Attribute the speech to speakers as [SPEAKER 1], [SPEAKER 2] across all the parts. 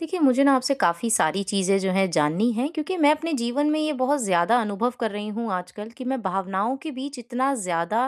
[SPEAKER 1] देखिए, मुझे ना आपसे काफ़ी सारी चीज़ें जो हैं जाननी हैं क्योंकि मैं अपने जीवन में ये बहुत ज़्यादा अनुभव कर रही हूँ आजकल कि मैं भावनाओं के बीच इतना ज़्यादा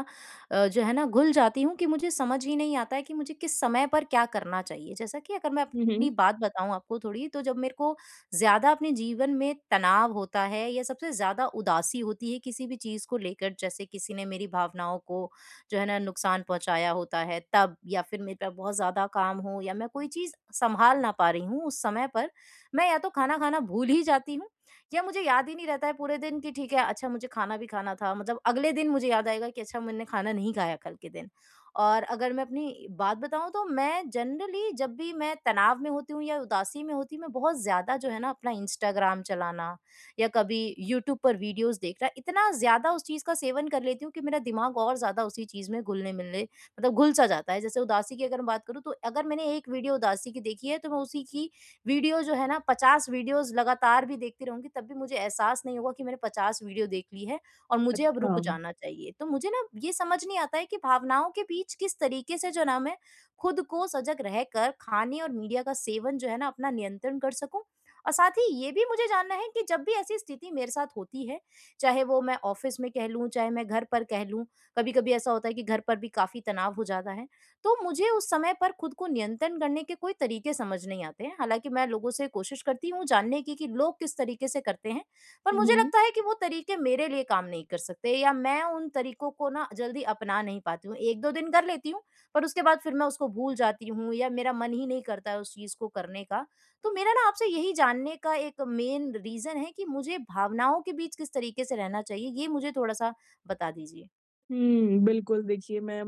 [SPEAKER 1] जो है ना घुल जाती हूँ कि मुझे समझ ही नहीं आता है कि मुझे किस समय पर क्या करना चाहिए। जैसा कि अगर मैं
[SPEAKER 2] हुँ, हुँ।
[SPEAKER 1] अपनी बात बताऊँ आपको थोड़ी, तो जब मेरे को ज़्यादा अपने जीवन में तनाव होता है या सबसे ज़्यादा उदासी होती है किसी भी चीज़ को लेकर, जैसे किसी ने मेरी भावनाओं को जो है ना नुकसान पहुँचाया होता है तब, या फिर मेरे पे बहुत ज़्यादा काम हो या मैं कोई चीज़ सँभाल ना पा रही हूँ उस समय पर, मैं या तो खाना खाना भूल ही जाती हूँ, या मुझे याद ही नहीं रहता है पूरे दिन कि ठीक है, अच्छा मुझे खाना भी खाना था। मतलब अगले दिन मुझे याद आएगा कि अच्छा, मैंने खाना नहीं खाया कल के दिन। और अगर मैं अपनी बात बताऊँ तो मैं जनरली जब भी मैं तनाव में होती हूँ या उदासी में होती हूँ, मैं बहुत ज़्यादा जो है ना अपना इंस्टाग्राम चलाना या कभी यूट्यूब पर वीडियोस देख रहा इतना ज़्यादा उस चीज़ का सेवन कर लेती हूँ कि मेरा दिमाग और ज़्यादा उसी चीज़ में घुलने मिलने मतलब घुल सा जाता है। जैसे उदासी की अगर मैं बात करूँ, तो अगर मैंने एक वीडियो उदासी की देखी है तो मैं उसी की वीडियो जो है ना 50 वीडियोज लगातार भी देखती रहूंगी, तब भी मुझे एहसास नहीं होगा कि मैंने 50 वीडियो देख ली है और मुझे अब रुक
[SPEAKER 2] हाँ।
[SPEAKER 1] जाना चाहिए। तो मुझे ना ये समझ नहीं आता है कि भावनाओं के बीच किस तरीके से जो ना मैं खुद को सजग रहकर खाने और मीडिया का सेवन जो है ना अपना नियंत्रण कर सकूं। और साथ ही ये भी मुझे जानना है कि जब भी ऐसी स्थिति मेरे साथ होती है, चाहे वो मैं ऑफ़िस में कह लूँ, चाहे मैं घर पर कह लूँ, कभी-कभी ऐसा होता है कि घर पर भी काफ़ी तनाव हो जाता है, तो मुझे उस समय पर खुद को नियंत्रण करने के कोई तरीके समझ नहीं आते हैं। हालाँकि मैं लोगों से कोशिश करती हूँ जानने की कि लोग किस तरीके से करते हैं, पर
[SPEAKER 2] हुँ,
[SPEAKER 1] मुझे
[SPEAKER 2] हुँ।
[SPEAKER 1] लगता है कि वो तरीके मेरे लिए काम नहीं कर सकते या मैं उन तरीकों को ना जल्दी अपना नहीं पाती हूँ। 1-2 दिन कर लेती हूँ, पर उसके बाद फिर मैं उसको भूल जाती हूँ या मेरा मन ही नहीं करता है उस चीज़ को करने का। तो मेरा ना आपसे यही जानने का एक मेन रीज़न है कि मुझे भावनाओं के बीच किस तरीके से रहना चाहिए, ये मुझे थोड़ा-सा बता दीजिए?
[SPEAKER 2] बिल्कुल देखिए मैं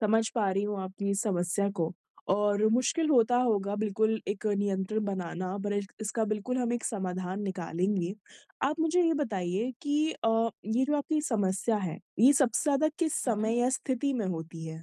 [SPEAKER 2] समझ पा रही हूँ आपकी इस समस्या को और मुश्किल होता होगा बिल्कुल एक नियंत्रण बनाना, पर इस इसका बिल्कुल हम एक समाधान निकालेंगे। आप मुझे ये बताइए कि ये जो आपकी समस्या है, ये सबसे ज़्यादा किस
[SPEAKER 1] हुँ, हुँ।
[SPEAKER 2] समय या स्थिति में होती है?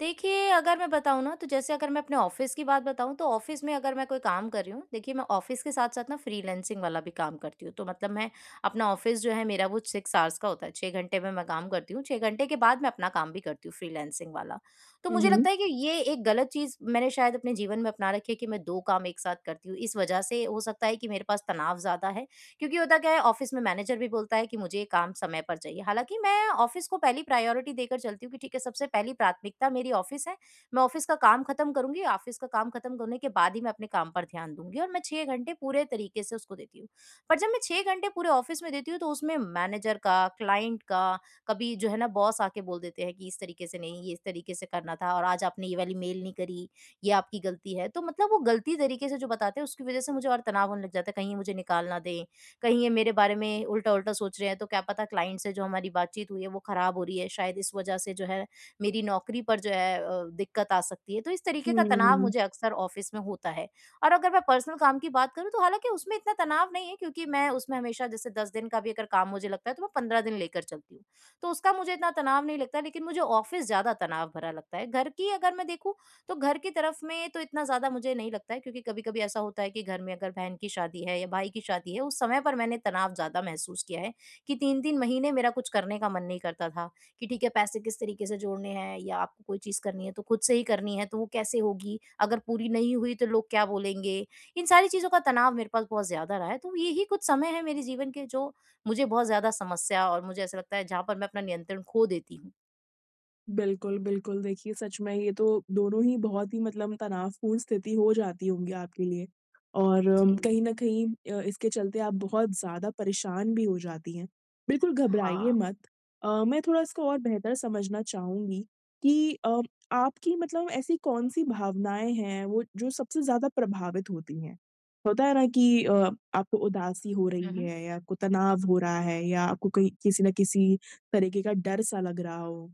[SPEAKER 1] देखिए, अगर मैं बताऊँ ना तो जैसे अगर मैं अपने ऑफ़िस की बात बताऊँ तो ऑफ़िस में अगर मैं कोई काम कर रही हूँ, देखिए मैं ऑफ़िस के साथ-साथ ना फ्रीलांसिंग वाला भी काम करती हूँ। तो मतलब मैं अपना ऑफ़िस जो है मेरा वो 6 आवर्स का होता है, 6 घंटे में मैं काम करती हूँ, 6 घंटे के बाद मैं अपना काम भी करती हूँ फ्रीलांसिंग वाला। तो
[SPEAKER 2] हुँ,
[SPEAKER 1] मुझे
[SPEAKER 2] हुँ।
[SPEAKER 1] लगता है कि ये एक गलत चीज़ मैंने शायद अपने जीवन में अपना रखी है कि मैं 2 काम एक साथ करती हूँ। इस वजह से हो सकता है कि मेरे पास तनाव ज़्यादा है, क्योंकि होता क्या है, ऑफिस में मैनेजर भी बोलता है कि मुझे ये काम समय पर चाहिए। हालांकि मैं ऑफिस को पहली प्रायोरिटी देकर चलती हूँ कि ठीक है, सबसे पहली प्राथमिकता मेरी ऑफिस है। मैं ऑफिस का काम खत्म करूंगी, ऑफिस का काम खत्म करने के बाद ही मैं अपने काम पर ध्यान दूंगी और मैं 6 घंटे पूरे तरीके से उसको देती हूँ। पर जब मैं 6 घंटे पूरे ऑफिस में देती हूँ तो उसमें मैनेजर का, क्लाइंट का, कभी जो है ना बॉस आके बोल देते हैं कि इस तरीके से नहीं, ये इस तरीके से करना था और आज आपने ये वाली मेल नहीं करी, ये आपकी गलती है। तो मतलब वो गलती तरीके से जो बताते हैं, उसकी वजह से मुझे और तनाव होने लग जाता है, कहीं ये मुझे निकाल ना दे, कहीं ये मेरे बारे में उल्टा-उल्टा सोच रहे हैं, तो क्या पता क्लाइंट से जो हमारी बातचीत हुई है वो खराब हो रही है, शायद इस वजह से जो है मेरी नौकरी पर जो है दिक्कत आ सकती है। तो इस तरीके का तनाव
[SPEAKER 2] हुँ।
[SPEAKER 1] मुझे अक्सर ऑफ़िस में होता है। और अगर मैं पर्सनल काम की बात करूँ तो हालाँकि उसमें इतना तनाव नहीं है, क्योंकि मैं उसमें हमेशा जैसे 10 दिन का भी अगर काम मुझे लगता है तो मैं 15 दिन लेकर चलती हूँ। तो उसका मुझे इतना तनाव नहीं लगता, लेकिन मुझे ऑफ़िस ज़्यादा तनाव भरा लगता है। घर की अगर मैं देखूँ, तो घर की तरफ में तो इतना ज़्यादा मुझे नहीं लगता है, क्योंकि कभी-कभी ऐसा होता है कि घर में अगर बहन की शादी है या भाई की शादी है, उस समय पर मैंने तनाव ज़्यादा महसूस किया है कि 3-3 महीने मेरा कुछ करने का मन नहीं करता था कि ठीक है, पैसे किस तरीके से जोड़ने हैं या आपको कोई चीज़ करनी है तो खुद से ही करनी है, तो वो कैसे होगी? अगर पूरी नहीं हुई तो लोग क्या बोलेंगे? इन सारी चीज़ों का तनाव मेरे पास बहुत ज़्यादा रहा है, तो यही कुछ समय है मेरे जीवन के जो मुझे बहुत ज़्यादा समस्या, और मुझे ऐसा लगता है जहाँ पर मैं अपना नियंत्रण खो देती हूँ।
[SPEAKER 2] बिल्कुल, बिल्कुल। देखिए, सच में ये तो दोनों ही बहुत ही मतलब तनावपूर्ण स्थिति हो जाती होंगी आपके लिए और
[SPEAKER 1] जी।
[SPEAKER 2] कहीं न कहीं इसके चलते आप बहुत ज़्यादा परेशान भी हो जाती हैं। बिल्कुल घबराइए
[SPEAKER 1] हाँ।
[SPEAKER 2] मत। मैं थोड़ा इसको और बेहतर समझना चाहूँगी कि आपकी मतलब ऐसी कौन-सी भावनाएँ हैं वो जो सबसे ज़्यादा प्रभावित होती हैं? होता है ना कि आपको उदासी हो
[SPEAKER 1] हुँ,
[SPEAKER 2] रही
[SPEAKER 1] हुँ।
[SPEAKER 2] है या आपको तनाव हो रहा है या आपको कहीं किसी न किसी तरीके का डर-सा लग रहा हो?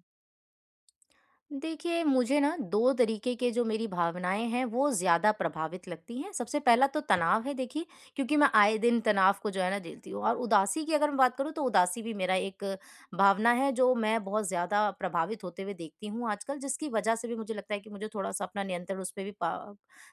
[SPEAKER 1] देखिए, मुझे ना 2 तरीके के जो मेरी भावनाएँ हैं, वो ज़्यादा प्रभावित लगती हैं। सबसे पहला तो तनाव है देखिए, क्योंकि मैं आए दिन तनाव को जो है ना झेलती हूँ। और उदासी की अगर मैं बात करूँ, तो उदासी भी मेरा एक भावना है, जो मैं बहुत ज़्यादा प्रभावित होते हुए देखती हूँ आजकल, जिसकी वजह से भी मुझे लगता है कि मुझे थोड़ा-सा अपना नियंत्रण उस पे भी पा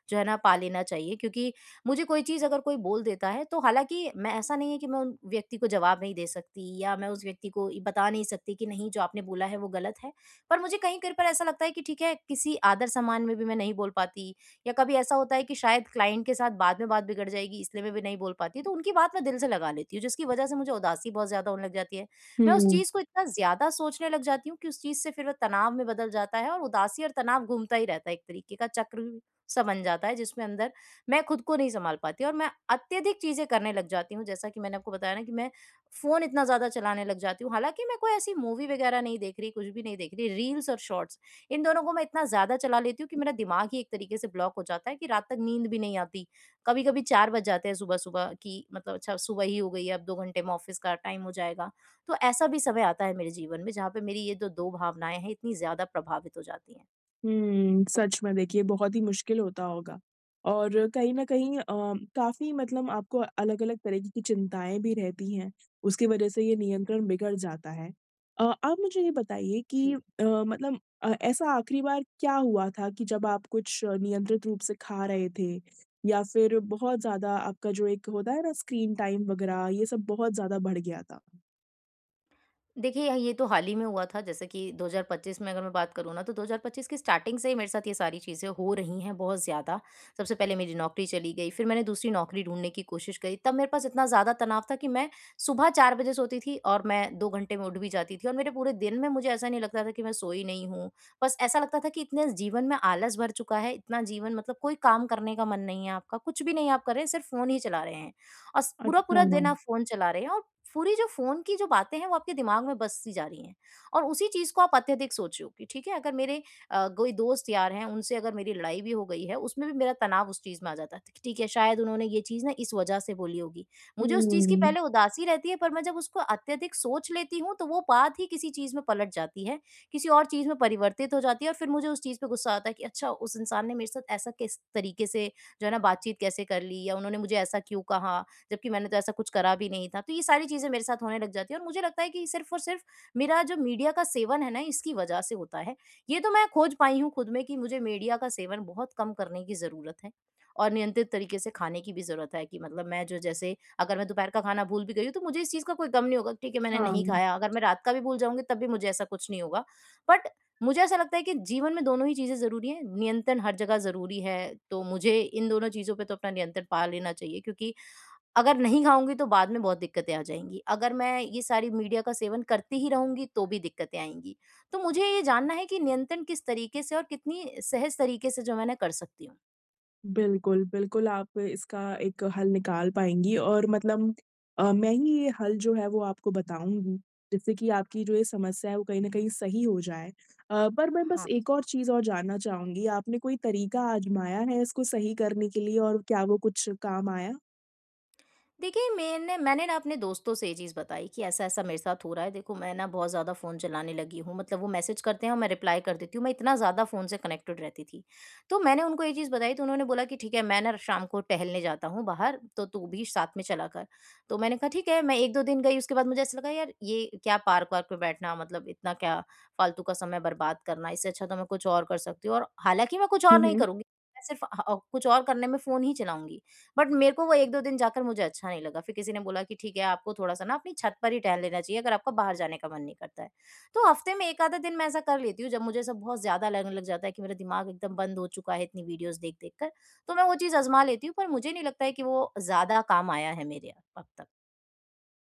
[SPEAKER 1] जो है ना पा लेना चाहिए। क्योंकि मुझे कोई चीज़ अगर कोई बोल देता है, तो हालाँकि मैं ऐसा नहीं है कि मैं उन व्यक्ति को जवाब नहीं दे सकती या मैं उस व्यक्ति को ये बता नहीं सकती कि नहीं, जो आपने बोला है, वो गलत है। पर मुझे कहीं-कहीं पर ऐसा लगता है कि ठीक है, किसी आदर-सम्मान में भी मैं नहीं बोल पाती, या कभी ऐसा होता है कि शायद क्लाइंट के साथ बाद में बात बिगड़ जाएगी, इसलिए मैं भी नहीं बोल पाती, तो उनकी बात मैं दिल से लगा लेती हूँ, जिसकी वजह से मुझे उदासी बहुत ज़्यादा होने लग जाती है। मैं उस
[SPEAKER 2] हुँ।
[SPEAKER 1] चीज़ को इतना ज़्यादा सोचने लग जाती हूँ कि उस चीज़ से फिर वो तनाव में बदल जाता है, और उदासी और तनाव घूमता ही रहता है, एक तरीके का चक्र सा बन जाता है, जिसमें अंदर मैं खुद को नहीं सँभाल पाती और मैं अत्यधिक चीज़ें करने लग जाती हूँ। जैसा कि मैंने आपको बताया ना कि मैं फ़ोन इतना ज़्यादा चलाने लग जाती हूँ, हालाँकि मैं कोई ऐसी मूवी वग़ैरह नहीं देख रही, कुछ भी नहीं देख रही, रील्स और शॉर्ट्स, इन दोनों को मैं इतना ज़्यादा चला लेती हूँ कि मेरा दिमाग ही एक तरीके से ब्लॉक हो जाता है कि रात तक नींद भी नहीं आती। कभी-कभी 4 बज जाते हैं सुबह-सुबह कि मतलब अच्छा सुबह ही हो गई है, अब 2 घंटे में ऑफ़िस का टाइम हो जाएगा। तो ऐसा भी समय आता है मेरे जीवन में, जहाँ पे मेरी ये जो 2 भावनाएँ हैं, इतनी ज़्यादा प्रभावित हो जाती हैं।
[SPEAKER 2] सच में देखिए बहुत ही मुश्किल होता होगा और कहीं न कहीं काफ़ी मतलब आपको अलग-अलग तरीके की चिंताएँ भी रहती हैं, उसकी वजह से ये नियंत्रण बिगड़ जाता है। आप मुझे ये बताइए कि
[SPEAKER 1] जी।
[SPEAKER 2] मतलब ऐसा आखिरी बार क्या हुआ था कि जब आप कुछ नियंत्रित रूप से खा रहे थे या फिर बहुत ज़्यादा आपका जो एक होता है ना स्क्रीन टाइम वग़ैरह ये सब बहुत ज़्यादा बढ़ गया था?
[SPEAKER 1] देखिए, ये तो हाल ही में हुआ था, जैसे कि 2025 में अगर मैं बात करूँ ना तो 2025 की स्टार्टिंग से ही मेरे साथ ये सारी चीज़ें हो रही हैं बहुत ज़्यादा। सबसे पहले मेरी नौकरी चली गई, फिर मैंने दूसरी नौकरी ढूँढने की कोशिश करी। तब मेरे पास इतना ज़्यादा तनाव था कि मैं सुबह 4 बजे सोती थी और मैं 2 घंटे में उठ भी जाती थी, और मेरे पूरे दिन में मुझे ऐसा नहीं लगता था कि मैं सोई नहीं हूँ। बस ऐसा लगता था कि इतने जीवन में आलस भर चुका है, इतना जीवन मतलब कोई काम करने का मन नहीं है आपका, कुछ भी नहीं आप कर रहे हैं, सिर्फ़ फ़ोन ही चला रहे हैं। और स पूरा
[SPEAKER 2] अच्छा।
[SPEAKER 1] पूरा दिन आप फ़ोन चला रहे हैं, और पूरी जो फ़ोन की जो बातें हैं वो आपके दिमाग में बसती जा रही हैं, और उसी चीज़ को आप अत्यधिक सोच रहे हो कि ठीक है, अगर मेरे कोई दोस्त यार हैं, उनसे अगर मेरी लड़ाई भी हो गई है उसमें भी मेरा तनाव उस चीज़ में आ जाता है कि ठीक है, शायद उन्होंने ये चीज़ ना इस वजह से बोली होगी। मुझे उस चीज़ की
[SPEAKER 2] हुँ,
[SPEAKER 1] पहले उदासी रहती है, पर मैं जब उसको अत्यधिक सोच लेती हूँ तो वो बात ही किसी चीज़ में पलट जाती है, किसी और चीज़ में परिवर्तित हो जाती है और फिर मुझे उस चीज़ पे गुस्सा आता है कि अच्छा, उस इंसान ने मेरे साथ ऐसा किस तरीके से जो है ना बातचीत कैसे कर ली, या उन्होंने मुझे ऐसा क्यों कहा? जबकि मैंने तो ऐसा कुछ करा भी नहीं था। तो ये सारी चीज़ें मेरे साथ होने लग जाती हैं, और मुझे लगता है कि सिर्फ़ और सिर्फ़ मेरा जो मीडिया का सेवन है ना, इसकी वजह से होता है। ये तो मैं खोज पाई हूँ खुद में कि मुझे मीडिया का सेवन बहुत कम करने की ज़रूरत है, और नियंत्रित तरीके से खाने की भी ज़रूरत है। कि मतलब मैं जो, जैसे अगर मैं दोपहर का खाना भूल भी गई हूँ, तो मुझे इस चीज़ का कोई गम नहीं होगा कि ठीक है, मैंने नहीं
[SPEAKER 2] हाँ।
[SPEAKER 1] खाया। अगर मैं रात का भी भूल जाऊँगी, तब भी मुझे ऐसा कुछ नहीं होगा। बट मुझे ऐसा लगता है कि जीवन में दोनों ही चीज़ें ज़रूरी हैं। नियंत्रण हर जगह ज़रूरी है, तो मुझे इन दोनों चीज़ों पे तो अपना नियंत्रण पा लेना चाहिए, क्योंकि अगर नहीं खाऊँगी तो बाद में बहुत दिक्कतें आ जाएँगी। अगर मैं ये सारी मीडिया का सेवन करती ही रहूँगी, तो भी दिक्कतें आएँगी। तो मुझे ये जानना है कि नियंत्रण किस तरीके से और कितनी सहज तरीके से जो है मैं कर सकती हूँ?
[SPEAKER 2] बिल्कुल, बिल्कुल आप इसका एक हल निकाल पाएँगी और मतलब मैं ही ये हल जो है वो आपको बताऊँगी, जिससे कि आपकी जो ये समस्या है वो कहीं न कहीं सही हो जाए। पर मैं बस
[SPEAKER 1] हाँ।
[SPEAKER 2] एक और चीज़ और जानना चाहूँगी, आपने कोई तरीका आज़माया है इसको सही करने के लिए और क्या वो कुछ काम आया?
[SPEAKER 1] देखिए, मैंने मैंने ना अपने दोस्तों से ये चीज़ बताई कि ऐसा-ऐसा मेरे साथ हो रहा है। देखो, मैं ना बहुत ज़्यादा फ़ोन चलाने लगी हूँ, मतलब वो मैसेज करते हैं और मैं रिप्लाई कर देती हूँ। मैं इतना ज़्यादा फ़ोन से कनेक्टेड रहती थी। तो मैंने उनको ये चीज़ बताई, तो उन्होंने बोला कि, "ठीक है, मैं ना शाम को टहलने जाता हूँ बाहर, तो तू भी साथ में चला कर।" तो मैंने कहा, "ठीक है।" मैं 1-2 दिन गई, उसके बाद मुझे ऐसा लगा, यार ये क्या पार्क-वार्क में बैठना, मतलब इतना क्या फ़ालतू का समय बर्बाद करना। इससे अच्छा तो मैं कुछ और कर सकती हूँ, और हालाँकि मैं कुछ और
[SPEAKER 2] हुँ,
[SPEAKER 1] नहीं
[SPEAKER 2] हुँ।
[SPEAKER 1] करूँगी, मैं सिर्फ़ कुछ और करने में फ़ोन ही चलाऊँगी। बट मेरे को वो 1-2 दिन जाकर मुझे अच्छा नहीं लगा। फिर किसी ने बोला कि ठीक है, आपको थोड़ा-सा ना अपनी छत पर ही टहल लेना चाहिए, अगर आपका बाहर जाने का मन नहीं करता है। तो हफ्ते में 1 आधा दिन मैं ऐसा कर लेती हूँ, जब मुझे सब बहुत ज़्यादा लगने लग जाता है कि मेरा दिमाग एकदम बंद हो चुका है इतनी वीडियोज़ देख-देख कर। तो मैं वो चीज़ आज़मा लेती हूँ, पर मुझे नहीं लगता है कि वो ज़्यादा काम आया है मेरे अब तक।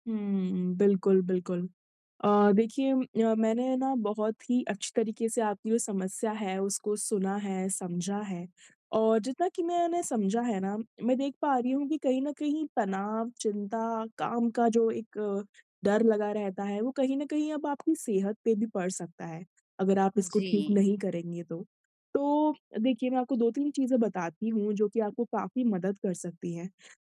[SPEAKER 2] हुँ, बिल्कुल, बिल्कुल। देखिए मैंने ना बहुत ही अच्छी तरीके से आपकी जो समस्या है उसको सुना है, समझा है और जितना कि मैंने समझा है ना, मैं देख पा रही हूँ कि कहीं न कहीं तनाव, चिंता, काम का जो एक डर लगा रहता है, वो कहीं न कहीं अब आपकी सेहत पे भी पड़ सकता है, अगर आप इसको
[SPEAKER 1] जी।
[SPEAKER 2] ठीक नहीं करेंगे तो। तो देखिए, मैं आपको 2-3 चीज़ें बताती हूँ जो कि आपको काफ़ी मदद कर सकती हैं।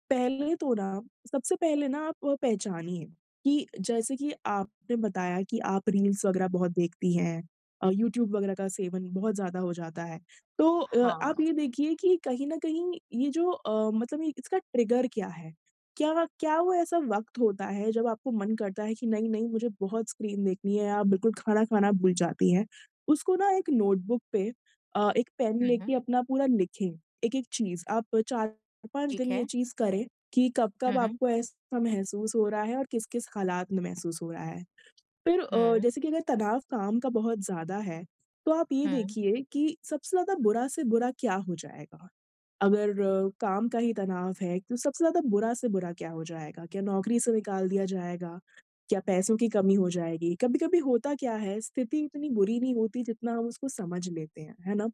[SPEAKER 2] पहले तो ना सबसे पहले ना आप पहचानिए कि जैसे कि आपने बताया कि आप रील्स वगैरह बहुत देखती हैं, यूट्यूब वगैरह का सेवन बहुत ज़्यादा हो जाता है। तो आप
[SPEAKER 1] हाँ।
[SPEAKER 2] ये देखिए कि कहीं न कहीं ये जो मतलब ये इसका ट्रिगर क्या है? क्या क्या वो ऐसा वक़्त होता है जब आपको मन करता है कि नहीं-नहीं मुझे बहुत स्क्रीन देखनी है, आप बिल्कुल खाना खाना भूल जाती हैं। उसको ना एक नोटबुक पे, एक पेन
[SPEAKER 1] हुँ, हुँ।
[SPEAKER 2] लेके अपना पूरा लिखें, एक-एक चीज़। आप 4-5
[SPEAKER 1] ठीक
[SPEAKER 2] दिन ये
[SPEAKER 1] है।
[SPEAKER 2] चीज़ करें कि कब-कब
[SPEAKER 1] हुँ, हुँ।
[SPEAKER 2] आपको ऐसा महसूस हो रहा है और किस-किस हालात में महसूस हो रहा है। फिर
[SPEAKER 1] हुँ,
[SPEAKER 2] जैसे कि अगर तनाव काम का बहुत ज़्यादा है, तो आप ये
[SPEAKER 1] हुँ,
[SPEAKER 2] देखिए कि सबसे ज़्यादा बुरा से बुरा क्या हो जाएगा? अगर काम का ही तनाव है, तो सबसे ज़्यादा बुरा से बुरा क्या हो जाएगा? क्या नौकरी से निकाल दिया जाएगा? क्या पैसों की कमी हो जाएगी? कभी-कभी होता क्या है, स्थिति इतनी बुरी नहीं होती जितना हम उसको समझ लेते हैं, है ना?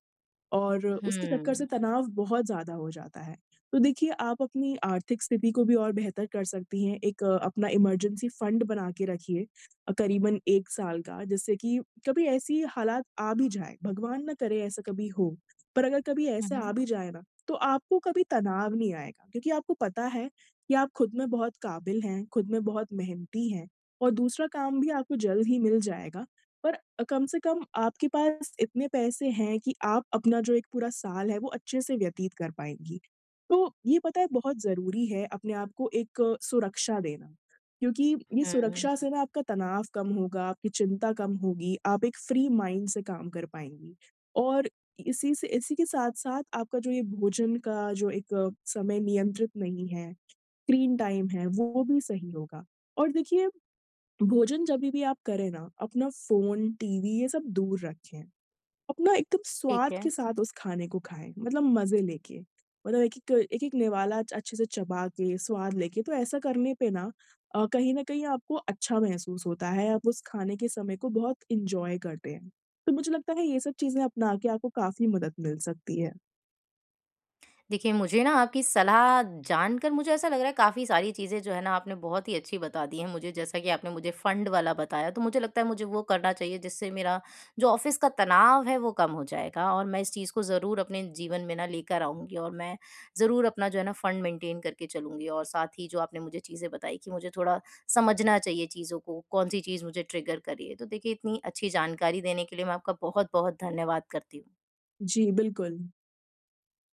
[SPEAKER 2] और उसकी टक्कर से तनाव बहुत ज़्यादा हो जाता है। तो देखिए, आप अपनी आर्थिक स्थिति को भी और बेहतर कर सकती हैं। एक अपना इमरजेंसी फंड बना के रखिए, करीबन 1 साल का, जिससे कि कभी ऐसी हालात आ भी जाए, भगवान ना करे ऐसा कभी हो, पर अगर कभी
[SPEAKER 1] हुँ,
[SPEAKER 2] ऐसा आ
[SPEAKER 1] हुँ,
[SPEAKER 2] भी जाए ना, तो आपको कभी तनाव नहीं आएगा क्योंकि आपको पता है कि आप खुद में बहुत काबिल हैं, खुद में बहुत मेहनती हैं और दूसरा काम भी आपको जल्द ही मिल जाएगा। पर कम से कम आपके पास इतने पैसे हैं कि आप अपना जो एक पूरा साल है वो अच्छे से व्यतीत कर पाएँगी। तो ये पता है बहुत ज़रूरी है अपने आप को एक सुरक्षा देना, क्योंकि ये
[SPEAKER 1] हुँ,
[SPEAKER 2] सुरक्षा से ना आपका तनाव कम होगा, आपकी चिंता कम होगी, आप एक फ्री माइंड से काम कर पाएँगी। और इसी के साथ-साथ आपका जो ये भोजन का जो एक समय नियंत्रित नहीं है, स्क्रीन टाइम है, वो भी सही होगा। और देखिए, भोजन जभी भी आप करें ना, अपना फ़ोन, टीवी ये सब दूर रखें। अपना एकदम
[SPEAKER 1] ठीक
[SPEAKER 2] स्वाद
[SPEAKER 1] है।
[SPEAKER 2] के साथ उस खाने को खाएँ, मतलब मज़े लेके। मतलब एक-एक निवाला अच्छे से चबा के, स्वाद लेके, तो ऐसा करने पे ना कहीं न कहीं आपको अच्छा महसूस होता है, आप उस खाने के समय को बहुत एन्जॉय करते हैं। तो मुझे लगता है ये सब चीज़ें अपना के आपको काफ़ी मदद मिल सकती है।
[SPEAKER 1] देखिए, मुझे ना आपकी सलाह जानकर मुझे ऐसा लग रहा है काफ़ी सारी चीज़ें जो है ना आपने बहुत ही अच्छी बता दी हैं मुझे। जैसा कि आपने मुझे फंड वाला बताया, तो मुझे लगता है मुझे वो करना चाहिए, जिससे मेरा जो ऑफ़िस का तनाव है वो कम हो जाएगा, और मैं इस चीज़ को ज़रूर अपने जीवन में ना लेकर आऊँगी, और मैं ज़रूर अपना जो है ना फंड मेंटेन करके चलूँगी। और साथ ही जो आपने मुझे चीज़ें बताई कि मुझे थोड़ा समझना चाहिए चीज़ों को, कौन-सी चीज़ मुझे ट्रिगर कर रही है। तो देखिए, इतनी अच्छी जानकारी देने के लिए मैं आपका बहुत-बहुत धन्यवाद करती हूँ।
[SPEAKER 2] जी, बिल्कुल।